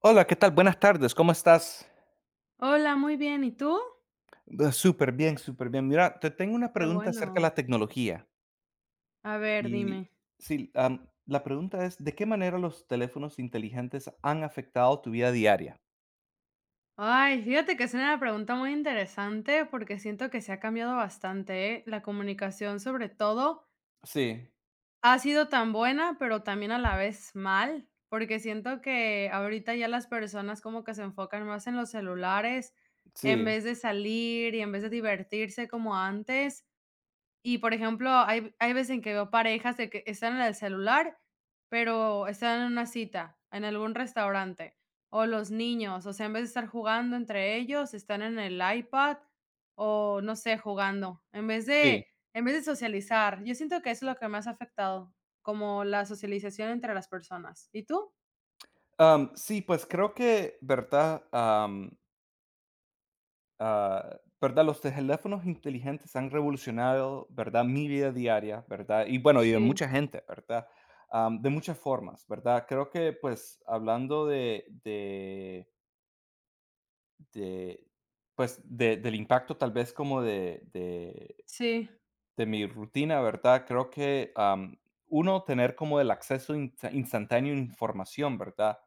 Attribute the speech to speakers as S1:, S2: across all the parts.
S1: Hola, ¿qué tal? Buenas tardes, ¿cómo estás?
S2: Hola, muy bien, ¿y tú?
S1: Súper bien, súper bien. Mira, te tengo una
S2: Qué
S1: pregunta acerca de
S2: bueno.
S1: la tecnología.
S2: A ver,
S1: Y
S2: dime.
S1: sí, la pregunta es, ¿de qué manera los teléfonos inteligentes han afectado tu vida diaria?
S2: Ay, fíjate que es una pregunta muy interesante porque siento que se ha cambiado bastante, ¿eh? La comunicación, sobre todo,
S1: Sí,
S2: ha sido tan buena, pero también a la vez mal, porque siento que ahorita ya las personas como que se enfocan más en los celulares en
S1: sí,
S2: vez de salir y en vez de divertirse como antes. Y, por ejemplo, hay veces en que veo parejas de que están en el celular, pero están en una cita, en algún restaurante, o los niños, o sea, en vez de estar jugando entre ellos, están en el iPad o, no sé, jugando, en vez
S1: sí.
S2: de en vez de socializar. Yo siento que eso es lo que más ha afectado, como la socialización entre las personas, ¿y tú?
S1: Am, sí, pues creo que, ¿verdad? ¿Verdad? Los teléfonos inteligentes han revolucionado, ¿verdad? Mi vida diaria, ¿verdad? Y bueno, y de
S2: Sí.
S1: mucha gente, ¿verdad? Am, de muchas formas, ¿verdad? Creo que, pues, hablando de, pues, del impacto tal vez como
S2: Sí,
S1: de mi rutina, ¿verdad? Creo que, uno, tener como el acceso instantáneo a información, ¿verdad?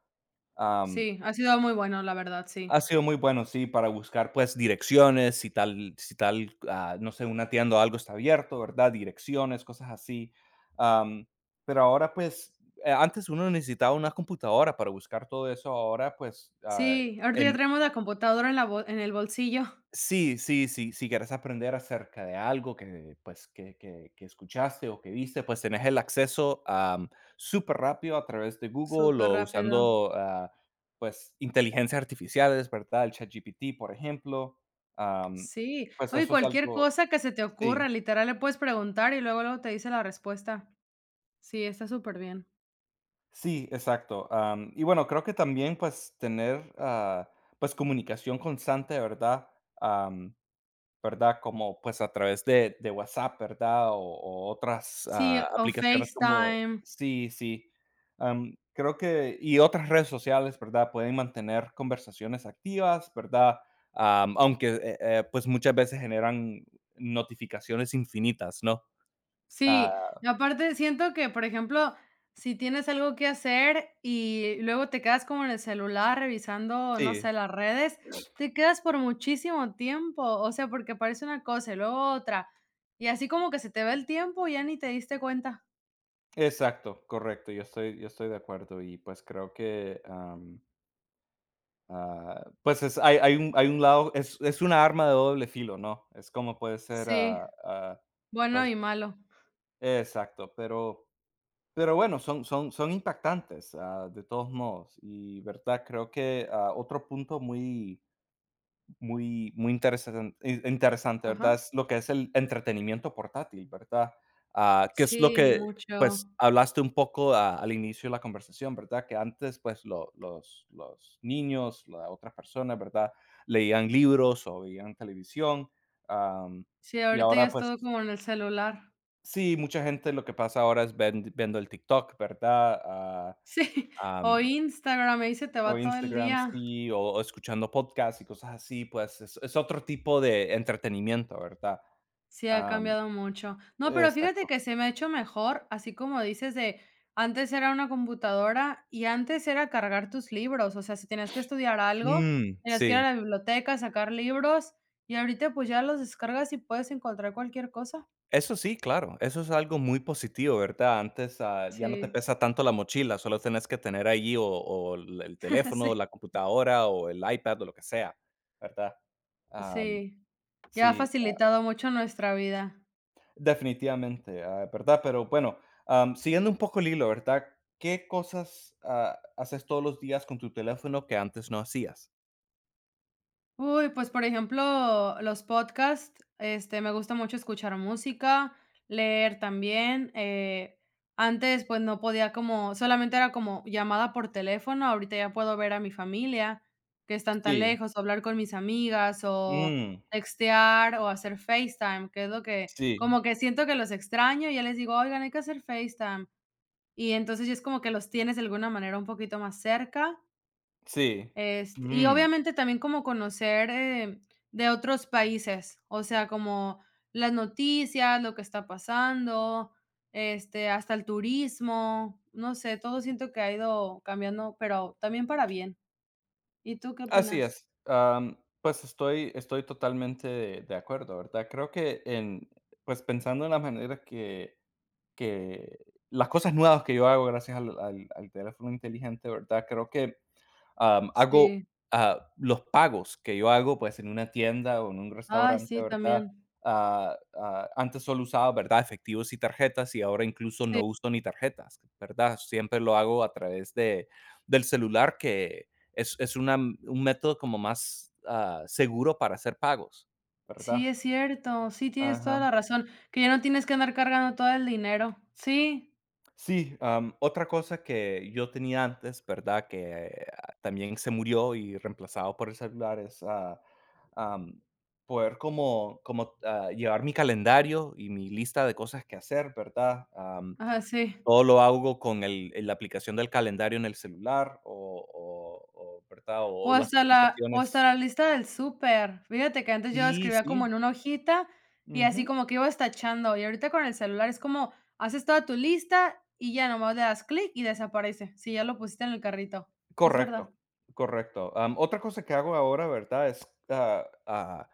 S2: sí, ha sido muy bueno, la verdad, sí.
S1: Ha sido muy bueno, sí, para buscar, pues, direcciones, si tal, no sé, una tienda o algo está abierto, ¿verdad? Direcciones, cosas así. Am, pero ahora, pues, antes uno necesitaba una computadora para buscar todo eso, ahora, pues,
S2: Sí, ahorita ya
S1: en.
S2: traemos la computadora en la bol en el bolsillo.
S1: Sí, sí, sí, si quieres aprender acerca de algo que, pues, que escuchaste o que viste, pues, tenés el acceso, súper rápido a través de Google
S2: Súper
S1: o
S2: rápido.
S1: usando, pues, inteligencias artificiales, ¿verdad? El ChatGPT, por ejemplo, am,
S2: Sí,
S1: pues,
S2: oye,
S1: eso es
S2: cualquier
S1: algo.
S2: cosa que se te ocurra,
S1: Sí,
S2: literal, le puedes preguntar y luego, luego te dice la respuesta. Sí, está súper bien.
S1: sí, exacto, y bueno, creo que también, pues, tener, pues, comunicación constante, ¿verdad? ¿Verdad? Como, pues, a través de WhatsApp, ¿verdad? O otras,
S2: Sí, o
S1: aplicaciones como.
S2: FaceTime.
S1: Sí, sí. Am, creo que y otras redes sociales, ¿verdad? Pueden mantener conversaciones activas, ¿verdad? Aunque, pues, muchas veces generan notificaciones infinitas, ¿no? Ah,
S2: Sí, y aparte siento que, por ejemplo, si tienes algo que hacer y luego te quedas como en el celular revisando, no sé,
S1: sí.
S2: las redes, te quedas por muchísimo tiempo, o sea, porque aparece una cosa y luego otra, y así como que se te va el tiempo y ya ni te diste cuenta.
S1: Exacto, correcto. Yo estoy de acuerdo y, pues, creo que. Pues es, hay un lado, es una arma de doble filo, ¿no? Es como puede ser,
S2: Sí, bueno
S1: pues
S2: y malo.
S1: exacto, pero bueno, son impactantes, de todos modos. Y, ¿verdad? Creo que, otro punto muy muy, muy interesante, ¿verdad?
S2: Ajá.
S1: Es lo que es el entretenimiento portátil, ¿verdad? Que es lo
S2: Sí,
S1: que,
S2: mucho.
S1: pues, hablaste un poco a al inicio de la conversación, ¿verdad? Que antes, pues, lo los niños, las otras personas, ¿verdad? Leían libros o veían televisión, am,
S2: Sí,
S1: y
S2: ahorita ya
S1: ahora,
S2: es
S1: pues.
S2: todo como en el celular.
S1: Sí, mucha gente lo que pasa ahora es ven viendo el TikTok, ¿verdad? Ah,
S2: Sí,
S1: am
S2: o Instagram, ahí se te
S1: o
S2: va todo el
S1: Instagram,
S2: día.
S1: sí, o escuchando podcasts y cosas así, pues, es otro tipo de entretenimiento, ¿verdad?
S2: Sí, ha
S1: Am,
S2: cambiado mucho. No, pero fíjate
S1: exacto.
S2: que se me ha hecho mejor, así como dices de antes era una computadora y antes era cargar tus libros, o sea, si tenías que estudiar algo,
S1: Mm,
S2: tenías que ir a
S1: sí.
S2: la biblioteca, sacar libros y ahorita pues ya los descargas y puedes encontrar cualquier cosa.
S1: Eso sí, claro, eso es algo muy positivo, ¿verdad? Antes, ya no te
S2: Sí,
S1: pesa tanto la mochila, solo tenés que tener allí o el teléfono,
S2: sí,
S1: la computadora o el iPad o lo que sea, ¿verdad? Am,
S2: sí, ya ha
S1: sí.
S2: facilitado mucho nuestra vida.
S1: Definitivamente, ¿verdad? Pero bueno, siguiendo un poco el hilo, ¿verdad? ¿Qué cosas, haces todos los días con tu teléfono que antes no hacías?
S2: Uy, pues, por ejemplo, los podcasts, este, me gusta mucho escuchar música, leer también, antes, pues, no podía como solamente era como llamada por teléfono, ahorita ya puedo ver a mi familia, que están tan
S1: Sí,
S2: lejos, o hablar con mis amigas, o
S1: mm,
S2: textear, o hacer FaceTime, que es lo que
S1: sí,
S2: como que siento que los extraño, y ya les digo: "Oigan, hay que hacer FaceTime", y entonces ya es como que los tienes de alguna manera un poquito más cerca.
S1: sí.
S2: Este, y
S1: Mm,
S2: obviamente también como conocer, de otros países, o sea, como las noticias, lo que está pasando, este, hasta el turismo, no sé, todo siento que ha ido cambiando, pero también para bien. ¿Y tú qué
S1: así
S2: opinas?
S1: es. Am, pues estoy totalmente de acuerdo, ¿verdad? Creo que en, pues pensando en la manera que las cosas nuevas que yo hago gracias al teléfono inteligente, ¿verdad? Creo que. Am, hago,
S2: Sí.
S1: los pagos que yo hago, pues, en una tienda o en un
S2: Ay,
S1: restaurante,
S2: sí,
S1: ¿verdad?
S2: también.
S1: Antes solo usaba, ¿verdad?, efectivos y tarjetas, y ahora incluso
S2: Sí,
S1: no uso ni tarjetas, ¿verdad? Siempre lo hago a través de del celular, que es una un método como más, seguro para hacer pagos,
S2: sí,
S1: ¿verdad?
S2: es cierto. Sí, tienes toda
S1: Ajá.
S2: la razón, que ya no tienes que andar cargando todo el dinero. Sí,
S1: Sí, otra cosa que yo tenía antes, ¿verdad? Que también se murió y reemplazado por el celular es, am, poder como, llevar mi calendario y mi lista de cosas que hacer, ¿verdad?
S2: ajá, sí.
S1: Todo lo hago con la aplicación del calendario en el celular o, ¿verdad? O, las
S2: O hasta
S1: aplicaciones.
S2: la lista del súper. Fíjate que antes yo
S1: Sí,
S2: escribía como
S1: sí.
S2: en una hojita y así como que ibas tachando, y ahorita con el celular es como haces toda tu lista y ya nomás le das clic y desaparece, si ya lo pusiste en el carrito. Es verdad.
S1: Correcto, correcto. Otra cosa que hago ahora, ¿verdad? Es,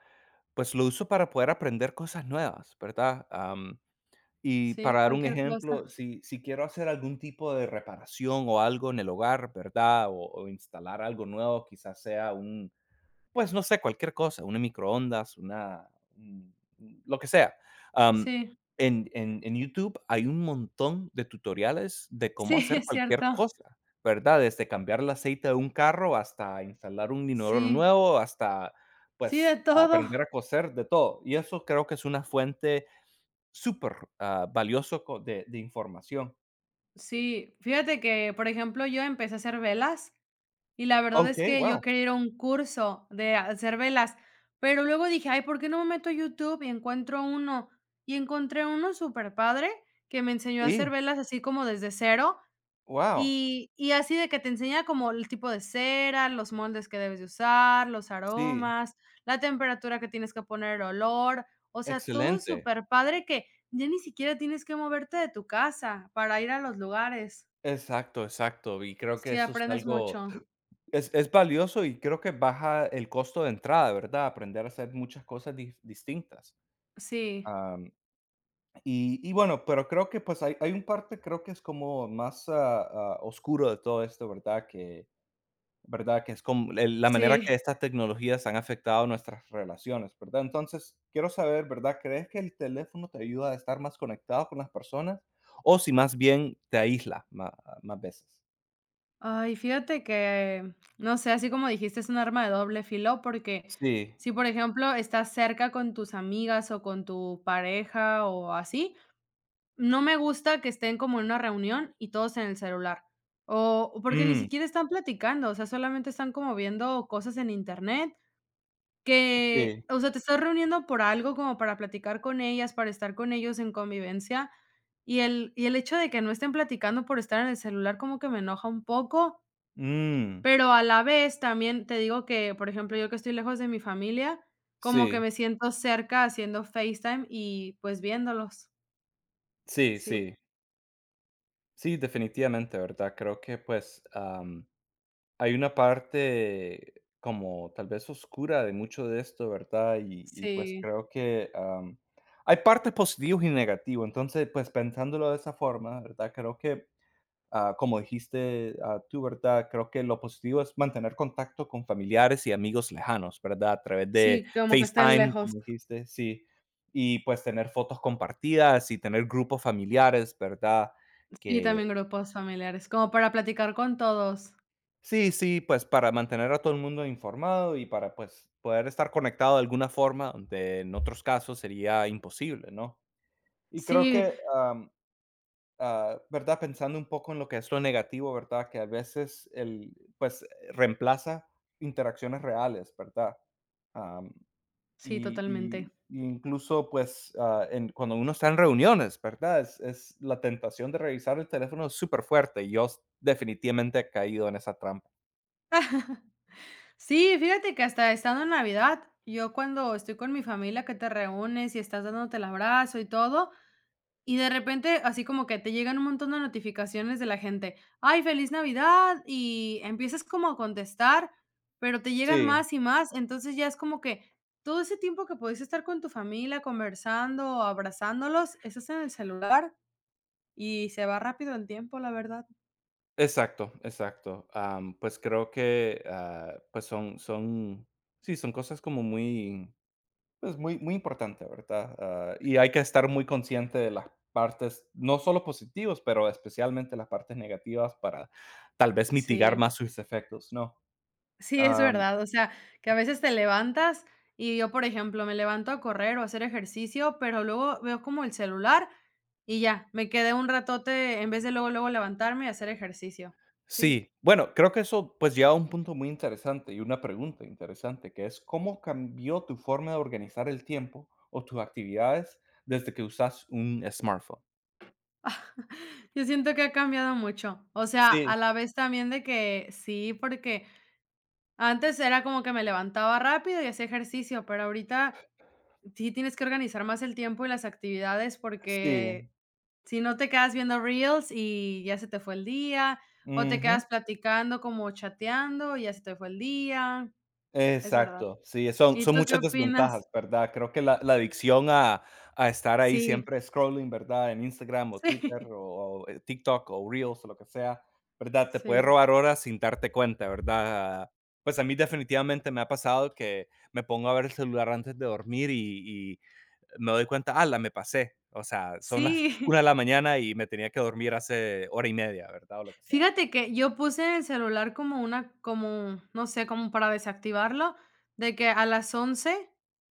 S1: pues lo uso para poder aprender cosas nuevas, ¿verdad? Y
S2: Sí,
S1: para dar un
S2: cualquier cosa.
S1: ejemplo, si quiero hacer algún tipo de reparación o algo en el hogar, ¿verdad? O instalar algo nuevo, quizás sea un, pues no sé, cualquier cosa, una microondas, una un lo que sea. Am,
S2: Sí,
S1: en YouTube hay un montón de tutoriales de
S2: sí,
S1: cómo hacer
S2: es
S1: cualquier
S2: cierto.
S1: cosa, ¿verdad? Desde cambiar el aceite de un carro hasta instalar un inodoro
S2: Sí,
S1: nuevo, hasta,
S2: sí, de
S1: pues,
S2: todo.
S1: aprender a coser, de todo. Y eso creo que es una fuente súper, valioso co de información.
S2: Sí, fíjate que, por ejemplo, yo empecé a hacer velas. Y la verdad es
S1: Okey,
S2: que yo
S1: wow.
S2: quería ir a un curso de hacer velas, pero luego dije: "Ay, ¿por qué no me meto a YouTube y encuentro uno?". Y encontré uno súper padre que me enseñó a hacer
S1: Sí,
S2: velas así como desde cero,
S1: wow.
S2: y así de que te enseña como el tipo de cera, los moldes que debes de usar, los
S1: Sí,
S2: aromas, la temperatura que tienes que poner, el olor, o sea, todo
S1: excelente.
S2: súper padre que ya ni siquiera tienes que moverte de tu casa para ir a los lugares.
S1: Exacto, exacto. Y creo que
S2: Sí,
S1: eso es
S2: aprendes
S1: algo.
S2: mucho.
S1: Es valioso y creo que baja el costo de entrada, ¿verdad? Aprender a hacer muchas cosas distintas.
S2: Sí,
S1: Am, y bueno, pero creo que pues hay un parte, creo que es como más, oscuro de todo esto, ¿verdad? Que, ¿verdad? Que es como la manera
S2: sí.
S1: que estas tecnologías han afectado nuestras relaciones, ¿verdad? Entonces, quiero saber, ¿verdad? ¿Crees que el teléfono te ayuda a estar más conectado con las personas o si más bien te más veces?
S2: Ay, fíjate que, no sé, así como dijiste, es un arma de doble filo, porque
S1: Sí.
S2: si, por ejemplo, estás cerca con tus amigas o con tu pareja o así, no me gusta que estén como en una reunión y todos en el celular. O porque ni
S1: Mm,
S2: siquiera están platicando, o sea, solamente están como viendo cosas en internet que,
S1: sí.
S2: o sea, te estás reuniendo por algo como para platicar con ellas, para estar con ellos en convivencia. Y el hecho de que no estén platicando por estar en el celular como que me enoja un poco,
S1: Mm,
S2: pero a la vez también te digo que, por ejemplo, yo que estoy lejos de mi familia, como que
S1: sí.
S2: me siento cerca haciendo FaceTime y, pues, viéndolos.
S1: Sí,
S2: Sí,
S1: sí, sí, definitivamente, ¿verdad? Creo que pues hay una parte como tal vez oscura de mucho de esto, ¿verdad? Y pues
S2: sí,
S1: creo que hay partes positivas y negativas, entonces pues pensándolo de esa forma, ¿verdad? Creo que. Como dijiste, tú, ¿verdad? Creo que lo positivo es mantener contacto con familiares y amigos lejanos, ¿verdad? A través de
S2: sí, como que estén
S1: FaceTime,
S2: lejos.
S1: como dijiste, sí. Y pues tener fotos compartidas y tener grupos familiares, ¿verdad?
S2: Sí,
S1: Que
S2: también grupos familiares, como para platicar con todos.
S1: sí, sí, pues para mantener a todo el mundo informado y para pues poder estar conectado de alguna forma, donde en otros casos sería imposible, ¿no? Y creo
S2: Sí,
S1: que, ¿verdad? Pensando un poco en lo que es lo negativo, ¿verdad? Que a veces pues, reemplaza interacciones reales, ¿verdad? Am,
S2: sí,
S1: y,
S2: totalmente.
S1: y incluso, pues, en, cuando uno está en reuniones, ¿verdad? Es la tentación de revisar el teléfono es súper fuerte. Yo definitivamente he caído en esa trampa.
S2: Sí, fíjate que hasta estando en Navidad, yo cuando estoy con mi familia, que te reúnes y estás dándote el abrazo y todo, y de repente, así como que te llegan un montón de notificaciones de la gente, ay, feliz Navidad, y empiezas como a contestar, pero te llegan
S1: Sí.
S2: más y más, entonces ya es como que todo ese tiempo que podías estar con tu familia conversando, abrazándolos, estás en el celular y se va rápido el tiempo, la verdad.
S1: Exacto, exacto. Pues creo que, pues, sí, son cosas como muy. Es muy, muy importante, ¿verdad? Y hay que estar muy consciente de las partes, no solo positivas, pero especialmente las partes negativas para tal vez mitigar
S2: Sí.
S1: más sus efectos, ¿no?
S2: Sí, es
S1: Am,
S2: verdad, o sea, que a veces te levantas y yo, por ejemplo, me levanto a correr o a hacer ejercicio, pero luego veo como el celular y ya, me quedé un ratote en vez de luego, luego levantarme y hacer ejercicio. Sí,
S1: sí, bueno, creo que eso pues lleva a un punto muy interesante y una pregunta interesante, que es ¿cómo cambió tu forma de organizar el tiempo o tus actividades desde que usas un smartphone?
S2: yo siento que ha cambiado mucho. O sea, a
S1: Sí,
S2: la vez también de que sí, porque antes era como que me levantaba rápido y hacía ejercicio, pero ahorita sí, tienes que organizar más el tiempo y las actividades porque
S1: sí.
S2: si no te quedas viendo reels y ya se te fue el día, o te
S1: Ujú.
S2: quedas platicando como chateando y ya se te fue el día, es verdad.
S1: Exacto, sí, son
S2: ¿Y tú qué
S1: muchas
S2: opinas?
S1: desventajas, ¿verdad? Creo que la adicción a estar ahí
S2: Sí,
S1: siempre scrolling, ¿verdad? En Instagram o Twitter o TikTok o Reels o lo que sea, ¿verdad? Te
S2: sí,
S1: puede
S2: sí,
S1: robar horas sin darte cuenta, ¿verdad? Pues a mí definitivamente me ha pasado que me pongo a ver el celular antes de dormir y, me doy cuenta, ah, la me pasé. O sea, son las
S2: sí.
S1: una de la mañana y me tenía que dormir hace hora y media, ¿verdad? O lo que sea.
S2: Fíjate que yo puse en el celular como una, como, no sé, como para desactivarlo, de que a las once.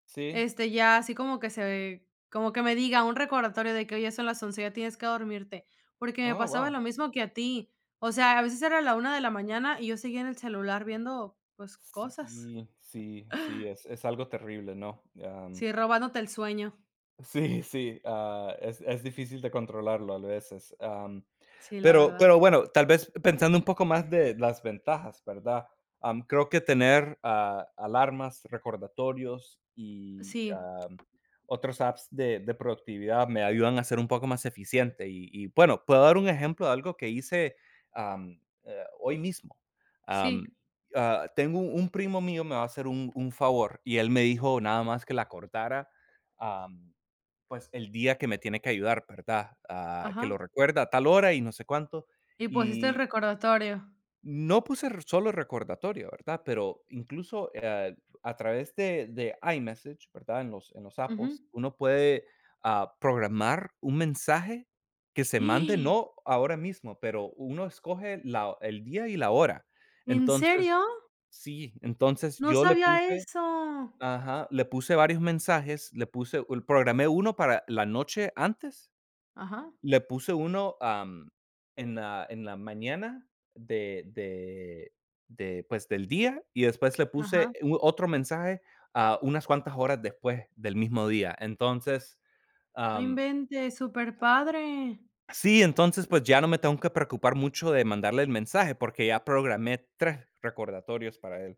S1: Sí.
S2: Este, ya así como que se como que me diga un recordatorio de que: "hoy ya son las once, ya tienes que dormirte", porque me
S1: Oh,
S2: pasaba
S1: wow.
S2: lo mismo que a ti. O sea, a veces era la una de la mañana y yo seguía en el celular viendo, pues, cosas.
S1: Sí, sí, sí, es algo terrible, ¿no?
S2: Sí, robándote el sueño.
S1: Sí, sí, es difícil de controlarlo a veces,
S2: Sí, la verdad.
S1: pero bueno, tal vez pensando un poco más de las ventajas, ¿verdad? Creo que tener, alarmas, recordatorios y,
S2: Sí,
S1: otros apps de productividad me ayudan a ser un poco más eficiente. Y, bueno, puedo dar un ejemplo de algo que hice, hoy mismo.
S2: sí,
S1: Am, tengo un primo mío, me va a hacer un favor y él me dijo nada más que la cortara pues, el día que me tiene que ayudar, ¿verdad? Que
S2: ajá.
S1: lo recuerda a tal hora y no sé cuánto.
S2: Y pusiste el
S1: Y
S2: recordatorio.
S1: no puse solo recordatorio, ¿verdad? Pero incluso, a través de iMessage, ¿verdad? En en los
S2: Ujú.
S1: Apples, uno puede, programar un mensaje que se mande,
S2: ¡Ah!
S1: no ahora mismo, pero uno escoge el día y la hora.
S2: ¿En
S1: Entonces,
S2: serio?
S1: sí, entonces
S2: No
S1: yo le
S2: sabía
S1: puse,
S2: eso.
S1: ajá, le puse varios mensajes, le puse, programé uno para la noche antes,
S2: Ajá,
S1: le puse uno, en la mañana de de de, pues, del día, y después le puse
S2: ajá.
S1: u otro mensaje, unas cuantas horas después del mismo día. Entonces,
S2: No
S1: am,
S2: inventes, súper padre.
S1: sí, entonces, pues, ya no me tengo que preocupar mucho de mandarle el mensaje, porque ya programé 3 recordatorios para él.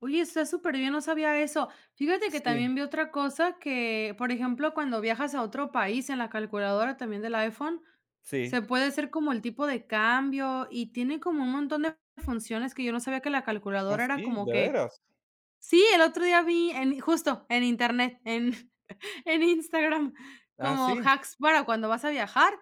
S2: Oye, está súper bien, no sabía eso. Fíjate que
S1: Sí,
S2: también vi otra cosa que, por ejemplo, cuando viajas a otro país en la calculadora también del iPhone, se
S1: sí.
S2: puede hacer como el tipo de cambio y tiene como un montón de funciones que yo no sabía que la
S1: Ah,
S2: calculadora era
S1: sí,
S2: como
S1: ¿de
S2: que
S1: veras?
S2: sí, el otro día vi en justo en internet, en en Instagram,
S1: Ah,
S2: como
S1: sí.
S2: hacks para cuando vas a viajar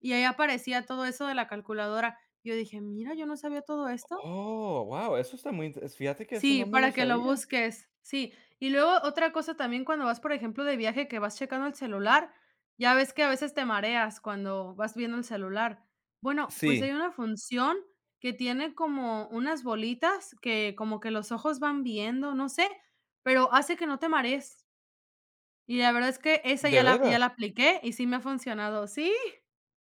S2: y ahí aparecía todo eso de la calculadora. Yo dije: "Mira, yo no sabía todo esto".
S1: Oh, wow. Eso está muy inte fíjate que eso
S2: Sí,
S1: no me lo
S2: para que lo
S1: sabía.
S2: busques, sí. Y luego otra cosa también cuando vas, por ejemplo, de viaje que vas checando el celular, ya ves que a veces te mareas cuando vas viendo el celular. Bueno, pues
S1: Sí,
S2: hay una función que tiene como unas bolitas que como que los ojos van viendo, no sé, pero hace que no te marees. Y la verdad es que esa
S1: ¿de
S2: ya la
S1: veras?
S2: apliqué y sí me ha funcionado. Sí,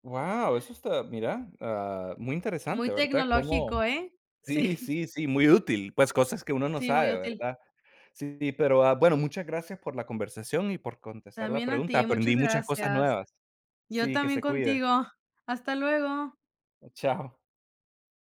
S1: Wow, eso está, mira, muy
S2: muy
S1: interesante, ¿verdad?
S2: tecnológico,
S1: Como,
S2: ¿eh?
S1: sí,
S2: Sí,
S1: sí, sí, muy útil, pues, cosas que uno no
S2: sí, muy
S1: sabe,
S2: útil.
S1: ¿verdad? Sí, pero, bueno, muchas gracias por la conversación y por contestar la
S2: También a
S1: pregunta.
S2: ti, muchas
S1: Aprendí muchas cosas
S2: gracias.
S1: nuevas.
S2: Yo
S1: Sí, que
S2: también
S1: se cuide.
S2: contigo. Hasta luego.
S1: Chao.